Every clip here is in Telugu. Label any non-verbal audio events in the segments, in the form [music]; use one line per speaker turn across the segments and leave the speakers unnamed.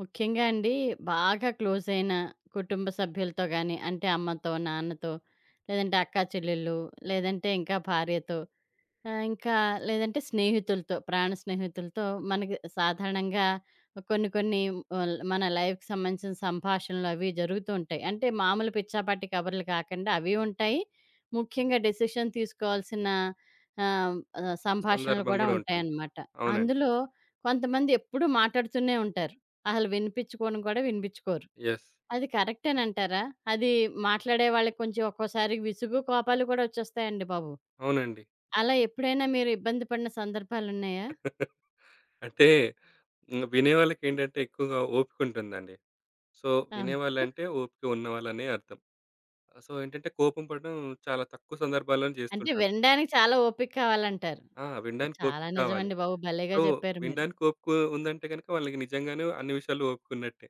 ముఖ్యంగా అండి బాగా క్లోజ్ అయిన కుటుంబ సభ్యులతో గాని, అంటే అమ్మతో, నాన్నతో, లేదంటే అక్కా చెల్లెళ్ళు, లేదంటే ఇంకా భార్యతో ఆ! ఇంకా లేదంటే స్నేహితులతో, ప్రాణ స్నేహితులతో మనకి సాధారణంగా కొన్ని కొన్ని ఆల్ మన లైఫ్‌కి సంబంధించిన సంభాషణలు అవి జరుగుతూ ఉంటాయి. అంటే మామూలు పిచ్చాపాటి కబుర్లు కాకుండా అవి ఉంటాయి. ముఖ్యంగా డెసిషన్ తీసుకోవాల్సిన ఆహ్, ఆహ్, సంభాషణలు
సందర్భం
కూడా
గూడా ఉంటుంది.
ఉంటాయన్నమాట.
అవునండి.
అందులో కొంతమంది ఎప్పుడూ మాట్లాడుతూనే ఉంటారు. అసలు వినిపించుకోను కూడా వినిపించుకోరు.
యెస్.
అది కరెక్టేనంటారా? అది మాట్లాడే వాళ్ళకి కొంచెం ఒక్కోసారి విసుగు, కోపాలు కూడా వచ్చేస్తాయండి బాబు.
అవునండి.
అలా ఎప్పుడైనా మీరు ఇబ్బంది పడిన సందర్భాలున్నాయా?
[laughs] అంటే వినేవాళ్ళకేంటంటే ఎక్కువగా ఓపికుంటుందండి. సో,
అవును.
వినేవాళ్ళంటే ఓపిక ఉన్నవాళ్ళనే అర్థం. సో, ఏంటంటే కోపం పడడం చాలా తక్కువ సందర్భాల్లోనే
అంటే
జేస్తుంటాను.
వినడానికి చాలా ఓపిక కావాలంటారు.
ఆ! వినడానికి
చాలా
ఓపిక కావాలి.
నిజమండి బాబు! భలేగా
సో,
చెప్పారు మీరు.
వినడానికి ఓపిక ఉందంటే గనుక వాళ్ళకి నిజంగానే అన్ని విషయాల్లో ఓపికున్నట్టే.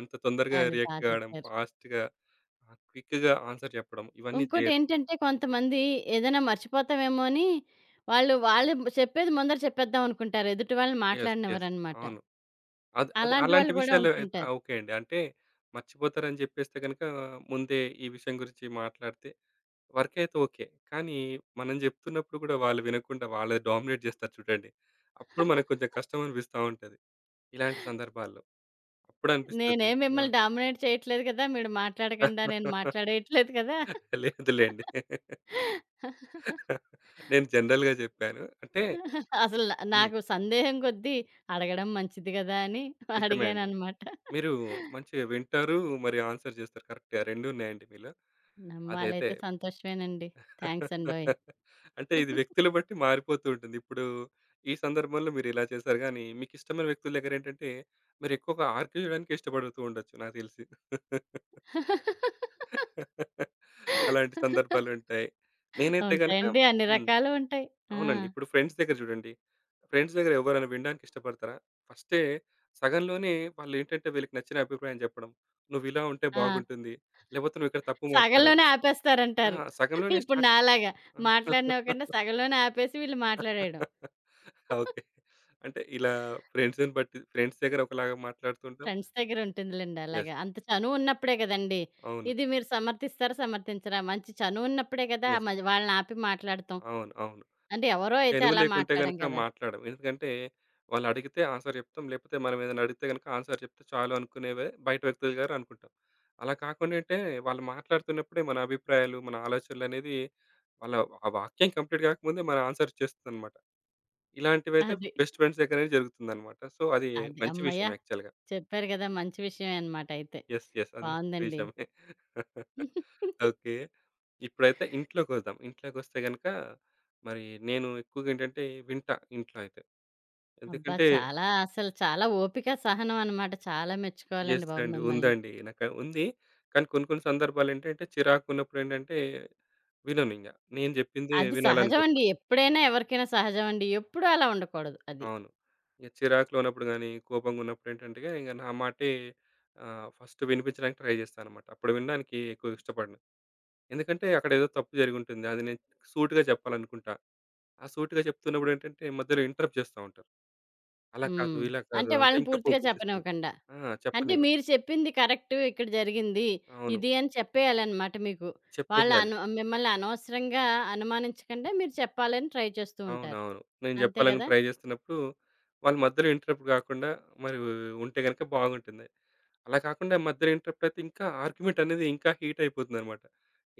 అంత తొందరగా
అది బా
రియాక్ట్ కావడం,
చెప్పారు.
ఫాస్ట్‌గా, క్విక్‌గా ఆన్సర్ చెప్పడం ఇవన్నీ చేయరు.
ఇంకోటేంటంటే కొంతమంది ఏదైనా మర్చిపోతామేమో అని వాళ్ళు చెప్పేది ముందర చెప్పేద్దాం అనుకుంటారు. ఎదుటి వాళ్ళని
యెస్. యెస్.
మాట్లాడనివ్వరనమాట.
అవును. అది అది
అలాంటి
అలాంటి
వాళ్ళు కూడా
విషయాలు అయితే ఆ!
ఉంటుంటారు.
ఓకే అండి. అంటే మర్చిపోతారని జెప్పేస్తే గనుక ముందే ఈ విషయం గురించి మాట్లాడితే వరకైతే ఓకే. కానీ మనం జెప్తున్నప్పుడు గూడా వాళ్ళు వినకుండా వాళ్ళే డామినేట్ జేస్తారు చూడండి. అప్పుడు మనకు కొంచెం కష్టం అనిపిస్తా ఉంటది. ఇలాంటి సందర్భాల్లో. అప్పుడు అనిపిస్తది.
నేనేం
ఆ!
మిమ్మల్ని డామినేట్ చేయట్లేదు కదా! మీరు మాట్లాడకుండా నేను మాట్లాడేయట్లేదు కదా!
లేదు లెండి. [laughs] [laughs] నేను జనరల్‌గా జెప్పాను. అంటే
అసలు నా
హ్మ్.
నాకు సందేహం కొద్దీ అడగడం మంచిది గదా! అని [laughs]
నిజమే అండి.
అడిగాననమాట.
మీరు మంచిగా వింటారు, మరి ఆన్సర్ జేస్తారు కరెక్ట్‌గా. 2 ఉన్నాయండి మీలో. అదైతే
నమ్మాలైతే సంతోషమేనండి. థాంక్స్ అండోయ్!
అంటే ఇది వ్యక్తులు బట్టి మారిపోతూ ఉంటుంది. ఇప్పుడు ఈ సందర్భంలో మీరిలా చేశారు గానీ, మీకిష్టమైన వ్యక్తుల దగ్గరేంటంటే, మీరెక్కువగా ఆర్గ్యూ జేయడానికి ఇష్టపడుతూ ఉండొచ్చు నాకు తెలిసి. [laughs] అలాంటి సందర్భాలుంటాయి. నేనైతే గనక
ఉంటాయండి. అన్ని
హ్మ్.
రకాలు ఉంటాయి. ఆ!
అవునండి. ఇప్పుడు ఫ్రెండ్స్ దగ్గర జూడండి. ఫ్రెండ్స్ దగ్గర ఎవరైనా వినడానికి ఇష్టపడతారా? ఫస్టే సగంలోనే వాళ్ళేంటంటే వీళ్ళకి నచ్చిన అభిప్రాయం జెప్పడం. "నువ్విలా ఉంటే
ఆ!
బాగుంటుంది. లేపోతే నువ్విక్కడ తప్పు మాట్లాడావు."
సగంలోనే
ఆ!
ఆపేస్తారంటారు.
సగంలోనే
ఇప్పుడు
స్టార్ట్
నాలాగా మాట్లాడినివ్వకుండా
[laughs]
సగంలోనే ఆపేసి వీళ్ళు మాట్లాడేయడం.
ఆ! ఓకే. అంటే ఇలా ఫ్రెండ్స్‌ని బట్టి ఫ్రెండ్స్ దగ్గర ఒకలాగా మాట్లాడుతుంటాం.
ఫ్రెండ్స్ దగ్గర ఉంటుందిలెండి
యెస్.
అలాగా. అంత చనువు ఉన్నప్పుడే గదండీ!
అవును.
ఇది మీరు సమర్థిస్తారా? సమర్థించరా? మంచి చనువు ఉన్నప్పుడే గదా!
యెస్.
మరి వాళ్ళని ఆపి మాట్లాడతాం.
అవును. అవును.
అంటే ఎవరో అయితే
చనువు
అలా
లేకుంటే
మాట్లాడం
గనుక
గదా!
మాట్లాడం. ఎందుకంటే వాళ్ళు అడిగితే ఆన్సర్ చెప్తాం. లేకపోతే మనం ఏదైనా అడిగితే గనుక ఆన్సర్ చెప్తే చాలు అనుకునేవే బయట వ్యక్తుల గారు అనుకుంటాం. అలా కాకుండా అంటే వాళ్ళు మాట్లాడుతున్నప్పుడే మన అభిప్రాయాలు, మన ఆలోచనలనేది వాళ్ళ ఆ వాక్యం కంప్లీట్ కాకముందే మన ఆన్సర్ ఇచ్చేస్తుందన్నమాట. ఇలాంటివైతే
అది.
బెస్ట్ ఫ్రెండ్స్ దగ్గరనే జరుగుతుందన్నమాట. సో, అది
అది.
మంచి
అమ్మయ్య!
విషయం యాక్చువల్‌గా.
చెప్పారు గదా! మంచి విషయమే అనమాట అయితే.
యెస్. యెస్. అది మంచి
బావుందండి.
విషయమే. [laughs] ఓకే.
[laughs]
ఇప్పుడైతే ఇంట్లోకొద్దాం. ఇంట్లోకొస్తే గనక మరి నేను ఎక్కువగా ఏంటంటే వింటా ఇంట్లో అయితే.
అబ్బా!
ఎందుకంటే
చాలా అసలు చాలా ఓపిక, సహనం అనమాట. చాలా మెచ్చుకోవాలండి
యెస్
బాబు
అండి.
మిమ్మల్ని.
ఉందండి. నాకు ఉంది. కానీ కొన్ని కొన్ని సందర్భాలేంటంటే చిరాకున్నప్పుడేంటంటే విననింగ. నేను జెప్పిందే
అది
వినాలని
సహజమండి.
కోరుకుంటా.
ఎప్పుడైనా ఎవరికైనా సహజమండి. ఎప్పుడూ అలా ఉండకూడదు అది.
అవును. ఇగ చిరాకులో ఉన్నప్పుడు గాని, కోపంగున్నప్పుడేంటంటే ఇంక నా మాటే ఫస్ట్ వినిపించడానికి ట్రై జేస్తానన్నమాట. అప్పుడు వినడానికి ఎక్కువ ఇష్టపడను. ఎందుకంటే అక్కడేదో తప్పు జరిగుంటుంది. అది నేను సూటిగా చెప్పాలనుకుంటా. ఆ సూటిగా చెప్తున్నప్పుడు ఏంటంటే మధ్యలో ఇంటరప్ట్ చేస్తా ఉంటారు. అలా కాదు,
హ్మ్.
ఇలా కాదు
అంటే
అంటే
వాళ్ళని
ఇంకా
పూర్తిగా
కోపమొచ్చేస్తుంది.
చెప్పనివ్వకండా.
ఆ!
అంటే
చెప్పనివ్వరు.
మీరు చెప్పింది కరెక్ట్. ఇక్కడ జరిగింది.
అవును.
ఇది అని చెప్పేయాలనమాట మీకు. వాళ్ళ
చెప్పేసేయాలి.
అను మిమ్మల్ని అనవసరంగా అనుమానించకుండా మీరు చెప్పాలని ట్రై చేస్తూ ఉంటారు.
అవునవును. నేను
అంతే
చెప్పాలని
గదా!
ట్రై చేస్తున్నప్పుడు వాళ్ళు మధ్యలో ఇంటరప్ట్ కాకుండా మరి ఉంటే గనుక బాగుంటుంది. అలా కాకుండా మధ్యలో ఇంటరప్ట్ అయితే ఇంకా ఆర్గ్యుమెంట్ అనేది ఇంకా హీట్ అయిపోతుందన్నమాట.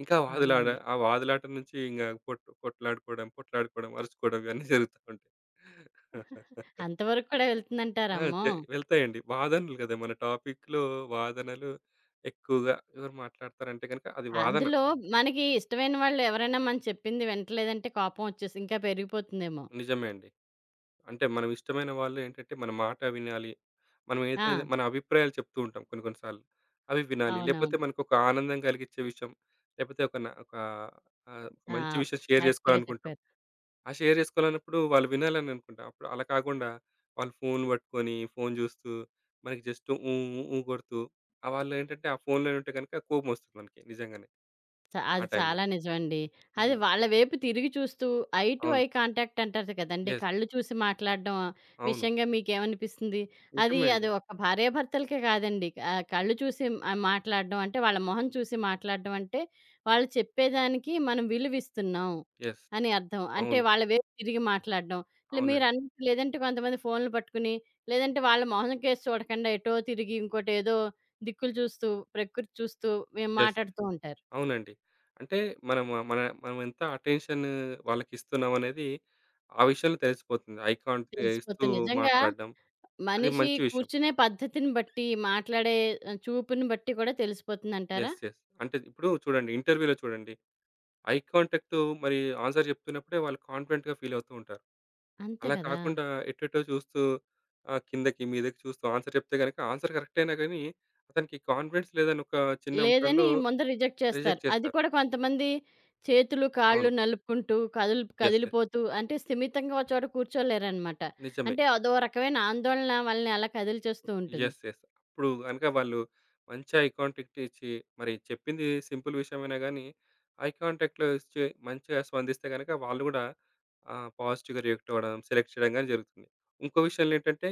ఇంకా వాదులాడ
అవునండి.
ఆ వాదులాట నుంచి ఇంగ కొట్లాడుకోవడం, పొట్లాడుకోవడం, అరుచుకోవడం ఇవన్నీ జరుగుతా ఉంటాయి.
అంతవరకు కూడా వెళ్తుందంటారు.
ఆ!
అమ్మో!
చె వెళ్తాయండి. వాదనలు కదా! మన టాపిక్‌లో వాదనలు ఎక్కువగా ఎవరు మాట్లాడతారంటే గనక అది వాదన.
అందులో మనకి ఇష్టమైన వాళ్ళు ఎవరైనా మనం చెప్పింది వింటలేదంటే కోపం వచ్చేసి ఇంకా పెరిగిపోతుందేమో.
నిజమే అండి. అంటే మనం ఇష్టమైన వాళ్ళు ఏంటంటే మన మాట వినాలి. మనం
ఆ!
ఏదైతే మన అభిప్రాయాలు చెప్తూ ఉంటాం కొన్ని కొన్ని సార్లు. అవి వినాలి. లేకపోతే
అవునవును.
మనకొక ఆనందం కలిగించే విషయం, లేకపోతే ఒక ఆహ్,
ఆ!
మంచి విషయం షేర్
కరెక్ట్‌గా
చేసుకోవాలనుకుంటాం.
చెప్పారు.
ఆ షేర్ చేసుకోవాలన్నప్పుడు వాళ్ళు వినాలని అనుకుంటా. అప్పుడు అలా కాకుండా వాళ్ళు ఫోన్ పట్టుకొని, ఫోన్ జూస్తూ, మనకి జస్ట్ ఊ, ఊ కొడుతూ వాళ్ళేంటంటే ఆ ఫోన్‌లోనే ఉంటే గనుక కోపమొస్తుంది మనకి నిజంగానే
చ
ఆ
అది
టైంలో.
చాలా నిజమండి. అది
హ్మ్.
వాళ్ళ వైపు తిరిగి చూస్తూ ఐ టు
అవును.
ఐ కాంటాక్ట్ అంటారు కదండీ!
యెస్.
కళ్ళు చూసి మాట్లాడడం
అవును.
విషయంగా మీకేమనిపిస్తుంది? అది
నిజమే అండి.
అది ఒక భార్యాభర్తలకే కాదండి. కళ్ళు చూసి మాట్లాడడం అంటే వాళ్ళ మొహం చూసి మాట్లాడడం అంటే వాళ్ళు చెప్పేదానికి మనం విలువిస్తున్నాం
యెస్.
అని అర్థం. అంటే
అవును.
వాళ్ళ వైపు తిరిగి మాట్లాడడం. లే
అవునండి.
మీరన్నట్టు లేదంటే కొంతమంది ఫోన్‌లు పట్టుకుని లేదంటే వాళ్ళ మొహం కేసి చూడకుండా ఎటో తిరిగి ఇంకోటేదో దిక్కులు చూస్తూ, ప్రకృతి చూస్తూ వి
యెస్.
మాటాడుతూ ఉంటారు.
అవునండి. అంటే మనము మన మన మనం ఎంత అటెన్షన్ వాళ్ళకిస్తున్నామనేది ఆ విషయంలో తెలిసిపోతుంది. ఐ కాంటాక్ట్ ఇస్తూ
తెలిసిపోతుంది. నిజంగా
మాట్లాడడం అది
మనిషి
మంచి విషయం.
కూర్చునే పద్ధతిని బట్టి, మాట్లాడే చూపుని బట్టి కూడా తెలిసిపోతుందంటారా?
యెస్. యెస్. అంటే ఇప్పుడు చూడండి ఇంటర్వ్యూలో చూడండి ఐ కాంటాక్ట్ మరి ఆన్సర్ చెప్తున్నప్పుడే వాళ్ళు కాన్ఫిడెంట్‌గా ఫీల్ అవుతూ ఉంటారు.
అంతే
అలా
కదా!
కాకుండా ఎటెటో చూస్తూ కిందకి మీదకి చూస్తూ ఆన్సర్ చెప్తే గనక ఆన్సర్ కరెక్ట్ అయినా గానీ అతనికి కాన్ఫిడెన్స్ లేదని ఒక చిన్న అంశంలో
లేదని ముందు రిజెక్ట్ చేస్తారు.
రిజెక్ట్
అది
చేస్తారు.
కూడా కొంతమంది చేతులు, కాళ్ళు
అవును.
నలుపుకుంటూ, కదులు
యెస్. యెస్.
కదిలిపోతూ అంటే స్థిమితంగా ఒక చోట కూర్చోలేరనమాట.
నిజమే.
అంటే అదో రకమైన ఆందోళన వాళ్ళని అలా కదిలిచేస్తూ ఉంటుంది.
యెస్. యెస్. అప్పుడు గనక వాళ్ళు మంచి ఐ కాంటాక్ట్ ఇచ్చి, మరి చెప్పింది సింపుల్ విషయమైనా గానీ, ఐ కాంటాక్ట్‌లో ఇచ్చి మంచిగా స్పందిస్తే గనక వాళ్ళు గూడా పాజిటివ్‌గా రియాక్ట్ అవ్వడం, సెలెక్ట్ చేయడం గాని జరుగుతుంది. ఇంకో విషయంలో ఏంటంటే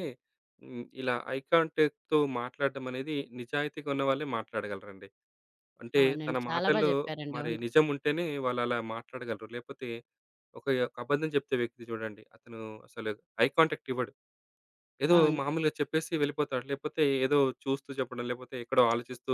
ఇలా ఐ కాంటాక్ట్‌తో మాట్లాడడం అనేది నిజాయితీగా ఉన్న వాళ్ళే మాట్లాడగలరండి. అంటే తన
అవునండి. చాలా బా
మాటల్లో
చెప్పారండి.
మరి
అవును.
నిజం ఉంటేనే వాళ్ళు అలా మాట్లాడగలరు. లేపోతే ఒక ఒక అబద్ధం చెప్తే వ్యక్తి చూడండి. అతను అసలు ఐ కాంటాక్ట్ ఇవ్వడు. ఏదో
అవును.
మామూలుగా చెప్పేసి వెళ్ళిపోతాడు. లేపోతే ఏదో చూస్తూ చెప్పడం, లేపోతే ఎక్కడో ఆలోచిస్తూ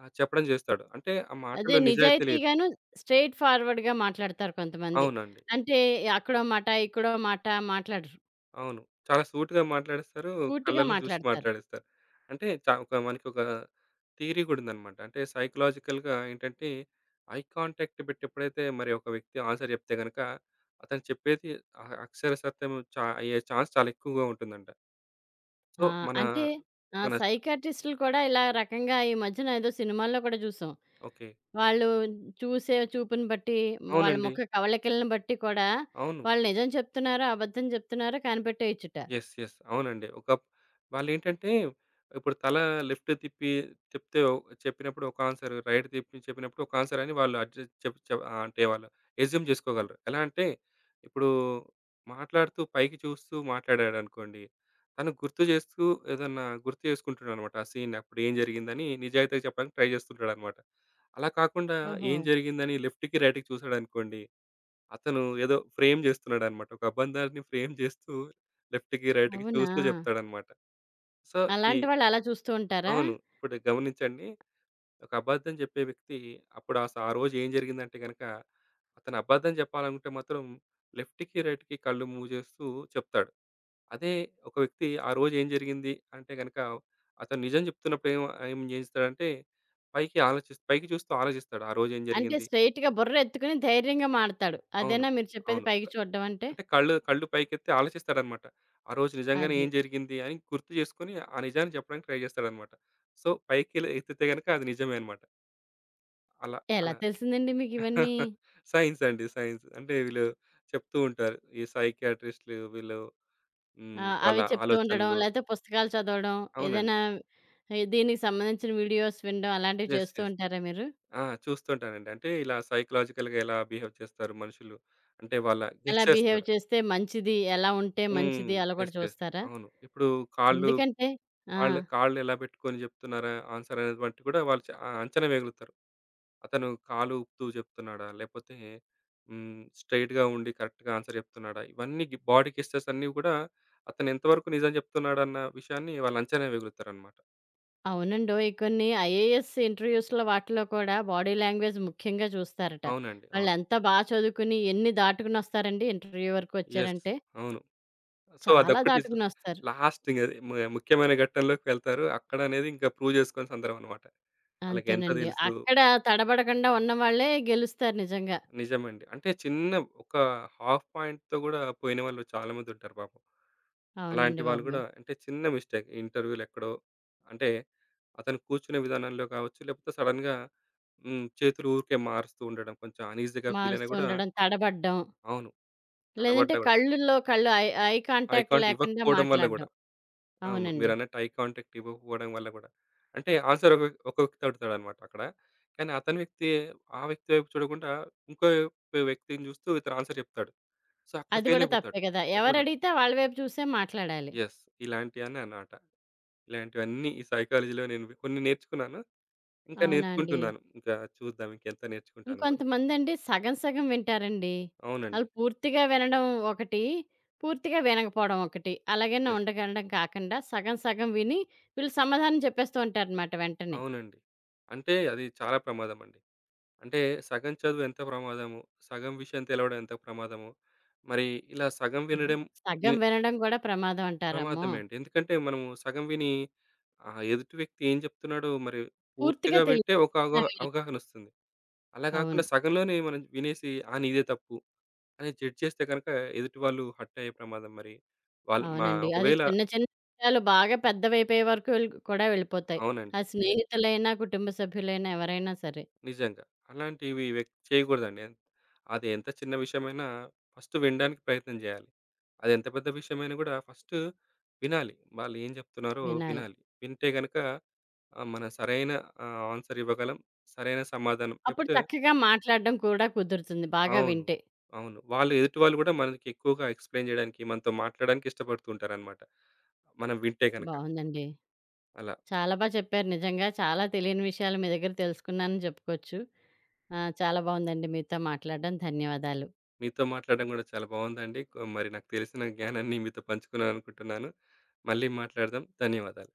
చెప్పడం చేస్తాడు. అంటే ఆ
అదే
మాటల్లో నిజాయితీ లేదు.
నిజాయితీగాను, స్ట్రెయిట్ ఫార్వర్డ్‌గా మాట్లాడతారు కొంతమంది.
అవునండి.
అంటే అక్కడో మాట, ఇక్కడో మాట మాట్లాడరు.
అవును. చాలా సూటిగా మాట్లాడేస్తారు.
సూటిగా
కళ్ళలో చూసి
మాట్లాడతారు.
మాట్లాడేస్తారు. అంటే ఒక థియరీ కూడా ఉందనమాట. అంటే సైకలాజికల్‌గా ఏంటంటే, ఐ కాంటాక్ట్ పెట్టి ఎప్పుడైతే మరి ఒక వ్యక్తి ఆన్సర్ చెప్తే గనక, అతను చెప్పేది అక్షర సత్యం అయ్యే ఛాన్స్ చాలా ఎక్కువగా ఉంటుందంట. సో,
ఆ!
మన
అంటే
మన
సైకాట్రిస్ట్‌లు కూడా ఇలా రకంగా ఈ మధ్యన ఏదో సినిమాల్లో కూడా జూసాం.
ఓకే.
వాళ్ళు చూసే చూపుని బట్టి, వాళ్ళ
అవునండి.
ముఖ కవళికలను బట్టి కూడా
అవును.
వాళ్ళు నిజం చెప్తున్నారో, అబద్ధం చెప్తున్నారో కనిపెట్టేయొచ్చుట.
యెస్. యెస్. అవునండి. ఒక వాళ్ళేంటంటే ఇప్పుడు తల లెఫ్ట్ తిప్పి తిప్పితే చెప్పినప్పుడు ఒక ఆన్సర్, రైట్ తిప్పి చెప్పినప్పుడు ఒక ఆన్సర్ అని వాళ్ళు అడ్జస్ట్ చెప్ చెప్ ఆహ్, అంటే వాళ్ళు అస్యూమ్ జేసుకోగలరు. ఎలా అంటే ఇప్పుడు మాట్లాడుతూ పైకి చూస్తూ మాట్లాడాడనుకోండి. తను గుర్తు జేస్తూ ఏదన్నా గుర్తు చేసుకుంటున్నాడనమాట. ఆ సీన్ అప్పుడు ఏం జరిగిందని నిజాయితీగా చెప్పడానికి ట్రై జేస్తుంటాడనమాట. అలా కాకుండా
ఓహో!
ఏం జరిగిందని లెఫ్ట్‌కి, రైట్‌కి చూసాడనుకోండి అతను ఏదో ఫ్రేమ్ చేస్తున్నాడన్నమాట. ఒక అబ్బందాన్ని ఫ్రేమ్ చేస్తూ లెఫ్ట్‌కి, రైట్‌కి
అవునా?
చూస్తూ చెప్తాడన్నమాట. సో, ఈ
అలాంటి వాళ్ళు అలా చూస్తూ ఉంటారా?
అవును. ఇప్పుడు గమనించండి. ఒక అబద్ధం చెప్పే వ్యక్తి అప్పుడు ఆ రోజు ఏం జరిగిందంటే గనక, అతను అబద్ధం చెప్పాలనుకుంటే మాత్రం లెఫ్ట్‌కి, రైట్‌కి కళ్ళు మూవ్ చేస్తూ చెప్తాడు. అదే ఒక వ్యక్తి ఆ రోజు ఏం జరిగింది అంటే గనక, అతను నిజం చెప్తున్నప్పుడు ఏం ఏం చేస్తాడంటే పైకి చూస్తూ ఆలోచిస్తాడు. ఆ రోజు ఏం
అంటే
జరిగింది?
స్ట్రెయిట్‌గా బుర్ర ఎత్తుకుని ధైర్యంగా మాడతాడు.
అవును.
అదేనా మీరు చెప్పేది
అవును.
పైకి చూడడం అంటే?
అంటే కళ్ళు కళ్ళు పైకెత్తి ఆలోచిస్తాడనమాట. ఆ రోజు నిజంగానే ఏం
అది.
జరిగింది అని గుర్తు చేసుకొని, ఆ నిజాన్ని చెప్పడానికి ట్రై చేస్తాడనమాట. సో, పైకి లే ఎత్తితే గనుక అది నిజమే అనమాట. అలా
ఎలా
అలా
తెలిసిందండి మీకివన్నీ?
[laughs] సైన్స్ అండి సైన్స్. అంటే వీళ్ళు చెప్తూ ఉంటారు. ఈ సైకియాట్రిస్ట్‌లు వీళ్ళు
ఆ! అవి
వాళ్ళ
చెప్తూ ఉండడం,
ఆలోచనలు.
లేతే పుస్తకాలు చదవడం, ఏదైనా
అవునండి.
ఈ దీనికి సంబంధించిన వీడియోస్ వినడం అలాంటివి
యెస్.
చేస్తూ
యెస్.
ఉంటారా మీరు?
ఆ! చూస్తుంటానండి. అంటే ఇలా సైకలాజికల్‌గా ఎలా బిహేవ్ చేస్తారు మనుషులు. అంటే వాళ్ళ
ఎలా
గెస్చర్స్
బిహేవ్
గూడా.
చేస్తే మంచిది? ఎలా ఉంటే
హ్మ్.
మంచిది? అలా కూడా
యెస్. యెస్.
చూస్తారా?
అవును. ఇప్పుడు కాళ్ళు
ఎందుకంటే ఆ!
కాళ్ళు కాళ్ళు ఎలా పెట్టుకొని చెప్తున్నారా ఆన్సర్ అనేటువంటి కూడా వాళ్ళు చ- ఆ అంచనా వేయగలుగుతారు. అతను కాలు ఊపుతూ చెప్తున్నాడా లేకపోతే straight గా ఉండి correct గా ఆన్సర్ చెప్తున్నాడా ఇవన్నీ బాడీ గెస్టర్స్ అన్నీ కూడా అతను ఎంతవరకు నిజం చెప్తున్నాడు అన్న విషయాన్ని వాళ్ళు అంచనా వేయగలుగుతారు అనమాట.
అవునండోయ్! కొన్ని ఐఏఎస్ ఇంటర్వ్యూస్‌లో వాటిలో కూడా బాడీ లాంగ్వేజ్ ముఖ్యంగా చూస్తారట.
అవునండి అవును.
వాళ్ళెంత బా చదువుకుని ఎన్ని దాటుకునొస్తారండి ఇంటర్వ్యూ వరకు
ఎస్.
వచ్చారంటే,
అవును. సో
చాలా
అదొక్కటి.
దాటుకునొస్తారు.
లాస్ట్ ఇంకా ముఖ్యమైన ఘట్టంలోకి వెళ్తారు అక్కడ అనేది ఇంకా ప్రూవ్ చేసుకునే సందర్భం అనమాట. వాళ్ళకి ఎంత
అంతేనండి.
తెలుసు.
అక్కడ తడబడకుండా ఉన్నవాళ్ళే గెలుస్తారు నిజంగా.
నిజమండి అంటే చిన్న ఒక హాఫ్ పాయింట్ తో కూడా పోయిన వాళ్ళు చాలా మంది ఉంటారు పాపం. అలాంటి
అవునండి
వాళ్ళు
బాబు.
గూడా అంటే చిన్న మిస్టేక్ ఇంటర్వ్యూలో ఎక్కడో అంటే అతను కూర్చునే విధానంలో కావచ్చు, లేకపోతే సడెన్‌గా చేతులు ఊరికే మారుస్తూ ఉండడం. కొంచెం అనీజీగా ఫీల్ అయినా
మారుస్తూ
గూడా
ఉండడం, తడబడ్డం.
అవును.
లేదంటే
తడబడ్డా గూడా
కళ్ళుల్లో కళ్ళు eye eye
eye
contact
contact
లేకుండా
ఇవ్వకపోవడం వల్ల గూడా.
మాట్లాడడం.
అవును.
అవునండి.
మీరన్నట్టు ఐ కాంటాక్ట్ ఇవ్వకపోవడం వల్ల గూడా. అంటే ఆన్సర్ ఒక ఒక వ్యక్తి అడుగుతాడన్నమాట అక్కడ. కానీ అతని వ్యక్తి ఆ వ్యక్తి వైపు చూడకుండా ఇంకో వ్యక్తిని చూస్తూ ఇతను ఆన్సర్ చెప్తాడు. సో, అక్కడ
అది
ఫెయిల్
గూడా
అయిపోతాడు.
తప్పే గదా!
అది గూడా.
ఎవరడిగితే వాళ్ళ వైపు చూసే మాట్లాడాలి.
యెస్. ఇలాంటివన్నీ అన్నమాట. ఇలాంటివన్నీ ఈ సైకాలజీలో నేను కొన్ని నేర్చుకున్నాను. ఇంకా
అవునా అండి.
నేర్చుకుంటున్నాను. ఇంకా చూద్దాం ఇంకెంత నేర్చుకుంటానో అని.
ఇంకొంతమందండి సగం సగం వింటారండి.
అవునండి.
ఆళ్ళు పూర్తిగా వినడం ఒకటి, పూర్తిగా వినకపోవడం ఒకటి. అలాగనే
యెస్.
ఉండగనడం కాకుండా సగం సగం విని వీళ్ళు సమాధానం చెప్పేస్తూ ఉంటారనమాట వెంటనే.
అవునండి. అంటే అది చాలా ప్రమాదమండి. అంటే సగం చదువు ఎంత ప్రమాదమో, సగం విషయం తెలవడం ఎంత ప్రమాదమో, మరి ఇలా సగం
ఓహో.
వినడం వి
సగం వినడం గూడా ప్రమాదం అంటారమ్మో!
ప్రమాదమే అండి. ఎందుకంటే మనము సగం విని ఎదుటి వ్యక్తి ఏం చెప్తున్నాడో మరి
పూర్తిగా
పూర్తిగా
తెలియదు.
వింటే ఒక అవగాహనొస్తుంది. అలా కాకుండా
అవును.
సగంలోనే మనం వినేసి ఆ! నీదే తప్పు అని జడ్జ్ చేస్తే గనక ఎదుటి వాళ్ళు హర్ట్ అయ్యే ప్రమాదం మరి. వాళ్ళు మా
అవునండి. అది
ఒకవేళ
చిన్న చిన్న విషయాలు బాగా పెద్దవైపోయే వరకు వెళ్ కూడా వెళ్ళిపోతాయి.
అవునండి.
అది స్నేహితులైనా, కుటుంబ సభ్యులైనా ఎవరైనా సరే
నిజంగా. అలాంటివి చేయకూడదండి. ఎంత- అది ఎంత చిన్న విషయమైనా ఫస్ట్ వినడానికి ప్రయత్నం జేయాలి. అదెంత పెద్ద విషయమైనా గూడా ఫస్ట్ వినాలి. వాళ్ళేం జెప్తున్నారో
వినాలి.
వినాలి. వింటే గనక మన సరైన ఆన్సర్ ఇవ్వగలం. సరైన సమాధానం
అప్పుడు
లేపోతే
చక్కగా మాట్లాడడం కూడా కుదురుతుంది బాగా
అవును.
వింటే.
అవును. వాళ్ళు ఎదుటి వాళ్ళు గూడా మనకి ఎక్కువగా ఎక్స్‌ప్లెయిన్ జేయడానికి, మనతో మాట్లాడడానికి ఇష్టపడుతూ ఉంటారనమాట. మనం వింటే గనక.
బావుందండి.
అలా.
చాలా బా చెప్పారు నిజంగా. చాలా తెలియని విషయాలు మీ దగ్గర తెలుసుకున్నానని చెప్పుకోవచ్చు. ఆ! చాలా బావుందండి మీతో మాట్లాడడం. ధన్యవాదాలు.
మీతో మాట్లాడడం గూడా చాలా బావుందండి. మరి నాకు తెలిసిన జ్ఞానాన్ని మీతో పంచుకున్నాననుకుంటున్నాను. మళ్ళీ మాట్లాడదాం. ధన్యవాదాలు.